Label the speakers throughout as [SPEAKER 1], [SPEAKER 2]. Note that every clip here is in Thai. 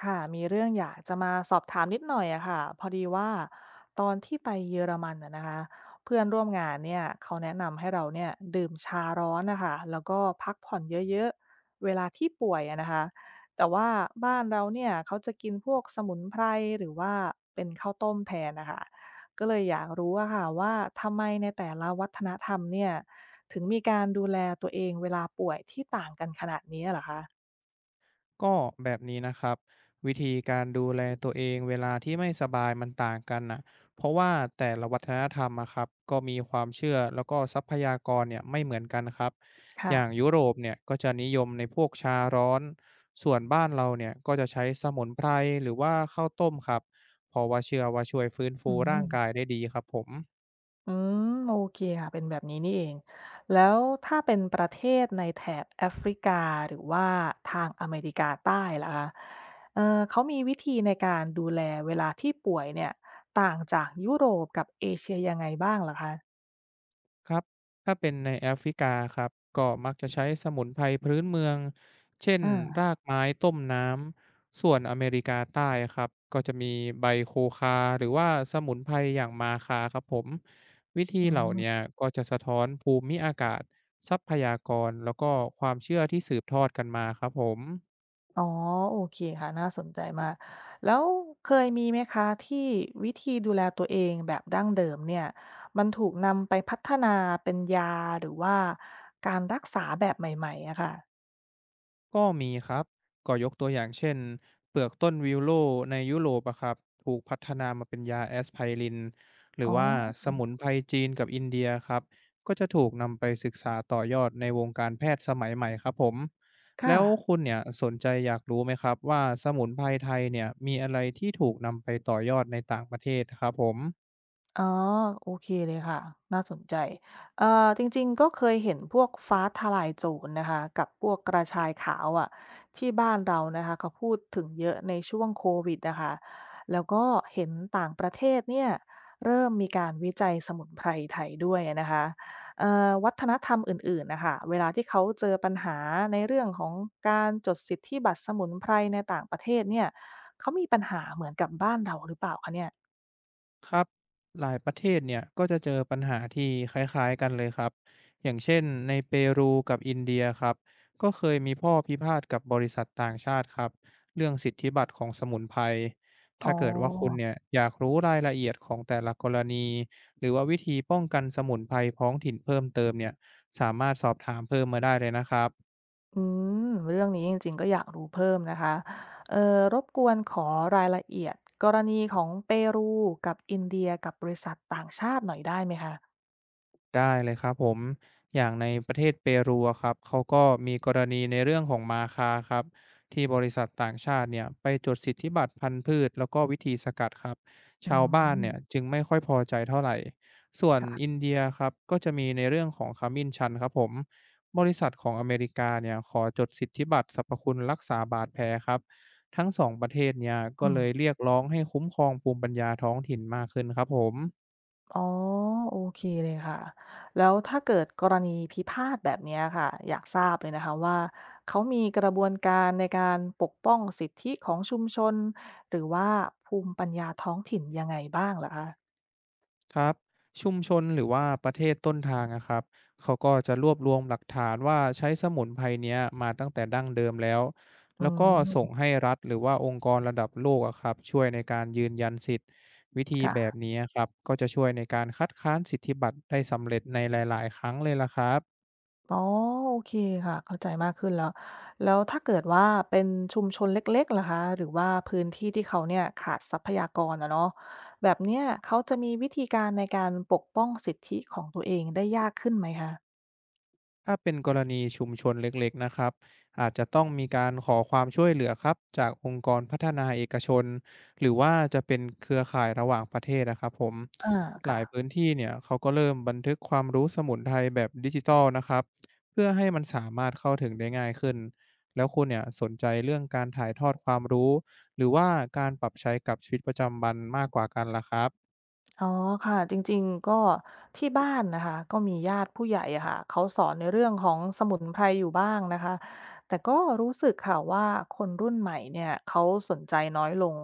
[SPEAKER 1] ค่ะมีเรื่องอยากจะมาสอบถามนิดหน่อยอะค่ะพอดีว่าตอนที่ไปเยอรมันอะนะคะเพื่อนร่วมงานเนี่ยเขาแนะนำให้เราเนี่ยดื่มชาร้อนนะคะแล้วก็พักผ่อนเยอะๆเวลาที่ป่วยอะนะคะแต่ว่าบ้านเราเนี่ยเขาจะกินพวกสมุนไพรหรือว่าเป็นข้าวต้มแทนนะคะก็เลยอยากรู้อะค่ะว่าทำไมในแต่ละวัฒนธรรมเนี่ยถึงมีการดูแลตัวเองเวลาป่วยที่ต่างกันขนาดนี้เหรอคะ
[SPEAKER 2] ก็แบบนี้นะครับวิธีการดูแลตัวเองเวลาที่ไม่สบายมันต่างกันนะเพราะว่าแต่ละวัฒนธรรมอะครับก็มีความเชื่อแล้วก็ทรัพยากรเนี่ยไม่เหมือนกันครับอ
[SPEAKER 1] ค่ะ
[SPEAKER 2] ย่างยุโรปเนี่ยก็จะนิยมในพวกชาร้อนส่วนบ้านเราเนี่ยก็จะใช้สมุนไพรหรือว่าข้าวต้มครับเพราะว่าเชื่อว่าช่วยฟื้น
[SPEAKER 1] อื
[SPEAKER 2] ฟูร่างกาย
[SPEAKER 1] ม
[SPEAKER 2] ได้ดีครับผม
[SPEAKER 1] อืมโอเคค่ะเป็นแบบนี้นี่เองแล้วถ้าเป็นประเทศในแถบแอฟริกาหรือว่าทางอเมริกาใต้ล่ะคะเออเขามีวิธีในการดูแลเวลาที่ป่วยเนี่ยต่างจากยุโรปกับเอเชียยังไงบ้างล่ะคะ
[SPEAKER 2] ครับ ถ้าเป็นในแอฟริกาครับ ก็มักจะใช้สมุนไพรพื้นเมือง เช่น
[SPEAKER 1] อ่า
[SPEAKER 2] รากไม้ต้มน้ำ ส่วนอเมริกาใต้ครับ ก็จะมีใบโคคาหรือว่าสมุนไพรอย่างมาคาครับผม วิธี
[SPEAKER 1] อื
[SPEAKER 2] เหล่าเนี้ย
[SPEAKER 1] ม
[SPEAKER 2] ก็จะสะท้อนภูมิอากาศทรัพยากรแล้วก็ความเชื่อที่สืบทอดกันมาครับผม
[SPEAKER 1] อ๋อโอเคค่ะน่าสนใจมากแล้วเคยมีไหมคะที่วิธีดูแลตัวเองแบบดั้งเดิมเนี่ยมันถูกนำไปพัฒนาเป็นยาหรือว่าการรักษาแบบใหม่ๆอะค่ะ
[SPEAKER 2] ก็มีครับก็ยกตัวอย่างเช่นเปลือกต้นวิวโลในยุโรปอะครับถูกพัฒนามาเป็นยาแอสไพรินหรื
[SPEAKER 1] อ๋
[SPEAKER 2] อ
[SPEAKER 1] อ
[SPEAKER 2] ว่าสมุนไพรจีนกับอินเดียครับก็จะถูกนำไปศึกษาต่อยอดในวงการแพทย์สมัยใหม่ครับผม
[SPEAKER 1] ค่ะ
[SPEAKER 2] แล้วคุณเนี่ยสนใจอยากรู้ไหมครับว่าสมุนไพรไทยเนี่ยมีอะไรที่ถูกนำไปต่อยอดในต่างประเทศครับผม
[SPEAKER 1] อ๋อโอเคเลยค่ะน่าสนใจจริงๆ ก็เคยเห็นพวกฟ้าทะลายโจรนะคะกับพวกกระชายขาวอะที่บ้านเรานะคะเขาพูดถึงเยอะในช่วงโควิดนะคะแล้วก็เห็นต่างประเทศเนี่ยเริ่มมีการวิจัยสมุนไพรไทยด้วยนะคะวัฒนธรรมอื่นๆนะคะเวลาที่เขาเจอปัญหาในเรื่องของการจดสิทธิบัตรสมุนไพรในต่างประเทศเนี่ยเขามีปัญหาเหมือนกับบ้านเราหรือเปล่าคะเนี่ย
[SPEAKER 2] ครับหลายประเทศเนี่ยก็จะเจอปัญหาที่คล้ายๆกันเลยครับอย่างเช่นในเปรูกับอินเดียครับก็เคยมีข้อพิพาทกับบริษัทต่างชาติครับเรื่องสิทธิบัตรของสมุนไพร
[SPEAKER 1] อ๋
[SPEAKER 2] ถ้าเกิดว่าคุณ
[SPEAKER 1] อ
[SPEAKER 2] เนี่ยอยากรู้รายละเอียดของแต่ละกรณีหรือว่าวิธีป้องกันสมุนไพรท้องถิ่นเพิ่มเติมเนี่ยสามารถสอบถามเพิ่มมาได้เลยนะครับ
[SPEAKER 1] อืมเรื่องนี้จริงๆก็อยากรู้เพิ่มนะคะเอ่อรบกวนขอรายละเอียดกรณีของเปรูกับอินเดียกับบริษัทต่างชาติหน่อยได้ไหมคะ
[SPEAKER 2] ได้เลยครับผมอย่างในประเทศเปรูอะครับเขาก็มีกรณีในเรื่องของมาคาครับที่บริษัทต่างชาติเนี่ยไปจดสิทธิบัตรพันธุ์พืชแล้วก็วิธีสกัดครับ
[SPEAKER 1] อื
[SPEAKER 2] ชาวบ้านเนี่ย
[SPEAKER 1] ม
[SPEAKER 2] จึงไม่ค่อยพอใจเท่าไหร่ส่วนอิ
[SPEAKER 1] ค่ะ
[SPEAKER 2] นเดียครับก็จะมีในเรื่องของขมิ้นชันครับผม บริษัทของอเมริกาเนี่ยขอจดสิทธิบัตรสรรพคุณรักษาบาดแผลครับทั้งสองประเทศเนี่ยก็
[SPEAKER 1] อื
[SPEAKER 2] เล
[SPEAKER 1] ม
[SPEAKER 2] ยเรียกร้องให้คุ้มครองภูมิปัญญาท้องถิ่นมากขึ้นครับผม
[SPEAKER 1] อ๋อโอเคเลยค่ะแล้วถ้าเกิดกรณีพิพาทแบบเนี้ยค่ะ อยากทราบเลยนะคะว่าเขามีกระบวนการในการปกป้องสิทธิของชุมชนหรือว่าภูมิปัญญาท้องถิ่นยังไงบ้างเหรอคะ
[SPEAKER 2] ครับชุมชนหรือว่าประเทศต้นทางนะครับเขาก็จะรวบรวมหลักฐานว่าใช้สมุนไพรเนี้ยมาตั้งแต่ดั้งเดิมแล้ว
[SPEAKER 1] อื
[SPEAKER 2] แล้วก็ส่ง
[SPEAKER 1] ม
[SPEAKER 2] ให้รัฐหรือว่าองค์กรระดับโลกอะครับช่วยในการยืนยันสิทธิ์วิธีแบบ
[SPEAKER 1] ค่ะ
[SPEAKER 2] นี้ครับก็จะช่วยในการคัดค้านสิทธิบัตรได้สำเร็จในหลายๆครั้งเลยล่ะครับ
[SPEAKER 1] อ๋อโอเคค่ะเข้าใจมากขึ้นแล้วแล้วถ้าเกิดว่าเป็นชุมชนเล็กๆล่ะคะหรือว่าพื้นที่ที่เขาเนี่ยขาดทรัพยากรอะเนาะแบบเนี้ยเขาจะมีวิธีการในการปกป้องสิทธิของตัวเองได้ยากขึ้นไหมคะ
[SPEAKER 2] ถ้าเป็นกรณีชุมชนเล็กๆนะครับอาจจะต้องมีการขอความช่วยเหลือครับจากองค์กรพัฒนาเอกชนหรือว่าจะเป็นเครือข่ายระหว่างประเทศนะครับผม
[SPEAKER 1] อา
[SPEAKER 2] หลาย
[SPEAKER 1] ค่ะ
[SPEAKER 2] พื้นที่เนี่ยเขาก็เริ่มบันทึกความรู้สมุนไพรแบบดิจิทัลนะครับเพื่อให้มันสามารถเข้าถึงได้ง่ายขึ้นแล้วคุณเนี่ยสนใจเรื่องการถ่ายทอดความรู้หรือว่าการปรับใช้กับชีวิตประจำวันมากกว่ากันล่ะครับ
[SPEAKER 1] อ๋อค่ะจริงๆก็ที่บ้านนะคะก็มีญาติผู้ใหญ่อะค่ะเขาสอนในเรื่องของสมุนไพรอยู่บ้างนะคะแต่ก็รู้สึกค่ะว่าคนรุ่นใหม่เนี่ยเขาสนใจน้อยลง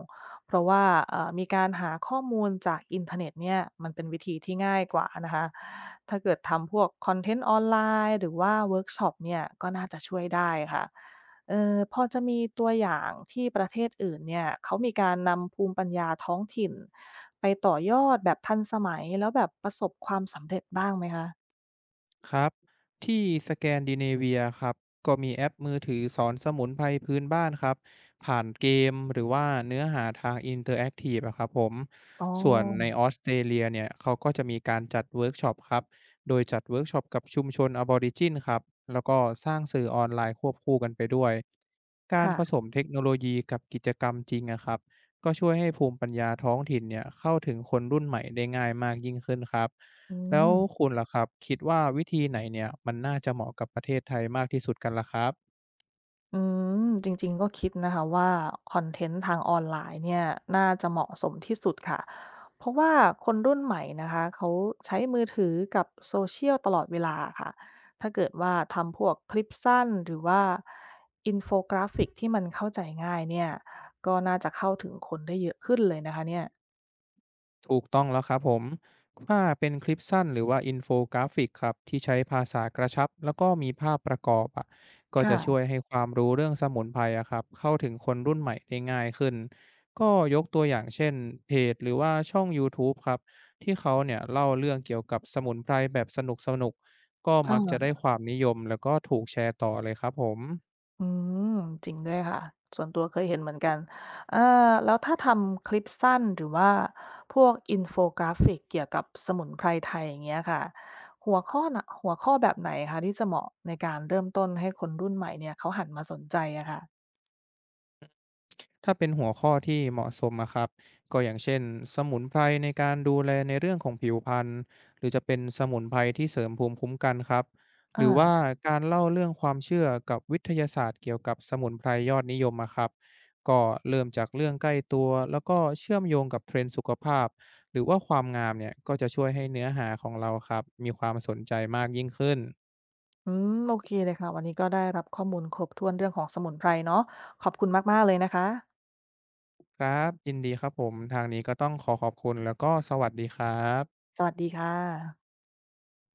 [SPEAKER 1] เพราะว่ามีการหาข้อมูลจากอินเทอร์เน็ตเนี่ยมันเป็นวิธีที่ง่ายกว่านะคะถ้าเกิดทำพวกคอนเทนต์ออนไลน์หรือว่าเวิร์กช็อปเนี่ยก็น่าจะช่วยได้ค่ะ พอจะมีตัวอย่างที่ประเทศอื่นเนี่ยเขามีการนำภูมิปัญญาท้องถิ่นไปต่อยอดแบบทันสมัยแล้วแบบประสบความสำเร็จบ้างไหมคะ
[SPEAKER 2] ครับที่สแกนดิเนเวียครับก็มีแอปมือถือสอนสมุนไพรพื้นบ้านครับผ่านเกมหรือว่าเนื้อหาทางอินเตอร์แอคทีฟอะครับผม
[SPEAKER 1] อ๋อ
[SPEAKER 2] ส่วนในออสเตรเลียเนี่ยเขาก็จะมีการจัดเวิร์กช็อปครับโดยจัดเวิร์กช็อปกับชุมชนอบอริจินครับแล้วก็สร้างสื่อออนไลน์ควบคู่กันไปด้วยการผส
[SPEAKER 1] ค่ะ
[SPEAKER 2] มเทคโนโลยีกับกิจกรรมจริงอะครับก็ช่วยให้ภูมิปัญญาท้องถิ่นเนี่ยเข้าถึงคนรุ่นใหม่ได้ง่ายมากยิ่งขึ้นครับ
[SPEAKER 1] อื
[SPEAKER 2] แล้ว
[SPEAKER 1] ม
[SPEAKER 2] คุณล่ะครับคิดว่าวิธีไหนเนี่ยมันน่าจะเหมาะกับประเทศไทยมากที่สุดกันล่ะครับ
[SPEAKER 1] อืมจริงๆก็คิดนะคะว่าคอนเทนต์ทางออนไลน์เนี่ยน่าจะเหมาะสมที่สุดค่ะเพราะว่าคนรุ่นใหม่นะคะเขาใช้มือถือกับโซเชียลตลอดเวลาค่ะถ้าเกิดว่าทำพวกคลิปสั้นหรือว่าอินโฟกราฟิกที่มันเข้าใจง่ายเนี่ยก็น่าจะเข้าถึงคนได้เยอะขึ้นเลยนะคะเนี่ย
[SPEAKER 2] ถูกต้องแล้วครับผมถ้าเป็นคลิปสั้นหรือว่าอินโฟกราฟิกครับที่ใช้ภาษากระชับแล้วก็มีภาพประกอบอ่ะก็จะช่วย
[SPEAKER 1] ค่ะ
[SPEAKER 2] ให้ความรู้เรื่องสมุนไพรอะครับเข้าถึงคนรุ่นใหม่ได้ง่ายขึ้นก็ยกตัวอย่างเช่นเพจหรือว่าช่องยูทูบครับที่เขาเนี่ยเล่าเรื่องเกี่ยวกับสมุนไพรแบบสนุกก็มักจะได้
[SPEAKER 1] อา
[SPEAKER 2] ความนิยมแล้วก็ถูกแชร์ต่อเลยครับผม
[SPEAKER 1] อืมจริงด้วยค่ะส่วนตัวเคยเห็นเหมือนกันอ่าแล้วถ้าทำคลิปสั้นหรือว่าพวกอินโฟกราฟิกเกี่ยวกับสมุนไพรไทยอย่างเงี้ยค่ะหัวข้อน่ะหัวข้อแบบไหนคะที่จะเหมาะในการเริ่มต้นให้คนรุ่นใหม่เนี่ยเขาหันมาสนใจอะค่ะ
[SPEAKER 2] ถ้าเป็นหัวข้อที่เหมาะสมอะครับก็อย่างเช่นสมุนไพรในการดูแลในเรื่องของผิวพรรณหรือจะเป็นสมุนไพรที่เสริมภูมิคุ้มกันครับห
[SPEAKER 1] อ่า
[SPEAKER 2] รือว่าการเล่าเรื่องความเชื่อกับวิทยาศาสตร์เกี่ยวกับสมุนไพรยอดนิยมอะครับก็เริ่มจากเรื่องใกล้ตัวแล้วก็เชื่อมโยงกับเทรนด์สุขภาพหรือว่าความงามเนี่ยก็จะช่วยให้เนื้อหาของเราครับมีความสนใจมากยิ่งขึ้น
[SPEAKER 1] อืมโอเคเลยค่ะวันนี้ก็ได้รับข้อมูลครบถ้วนเรื่องของสมุนไพรเนาะขอบคุณมากๆเลยนะคะ
[SPEAKER 2] ครับยินดีครับผมทางนี้ก็ต้องขอขอบคุณแล้วก็สวัสดีครับ
[SPEAKER 1] สวัสดีค่ะ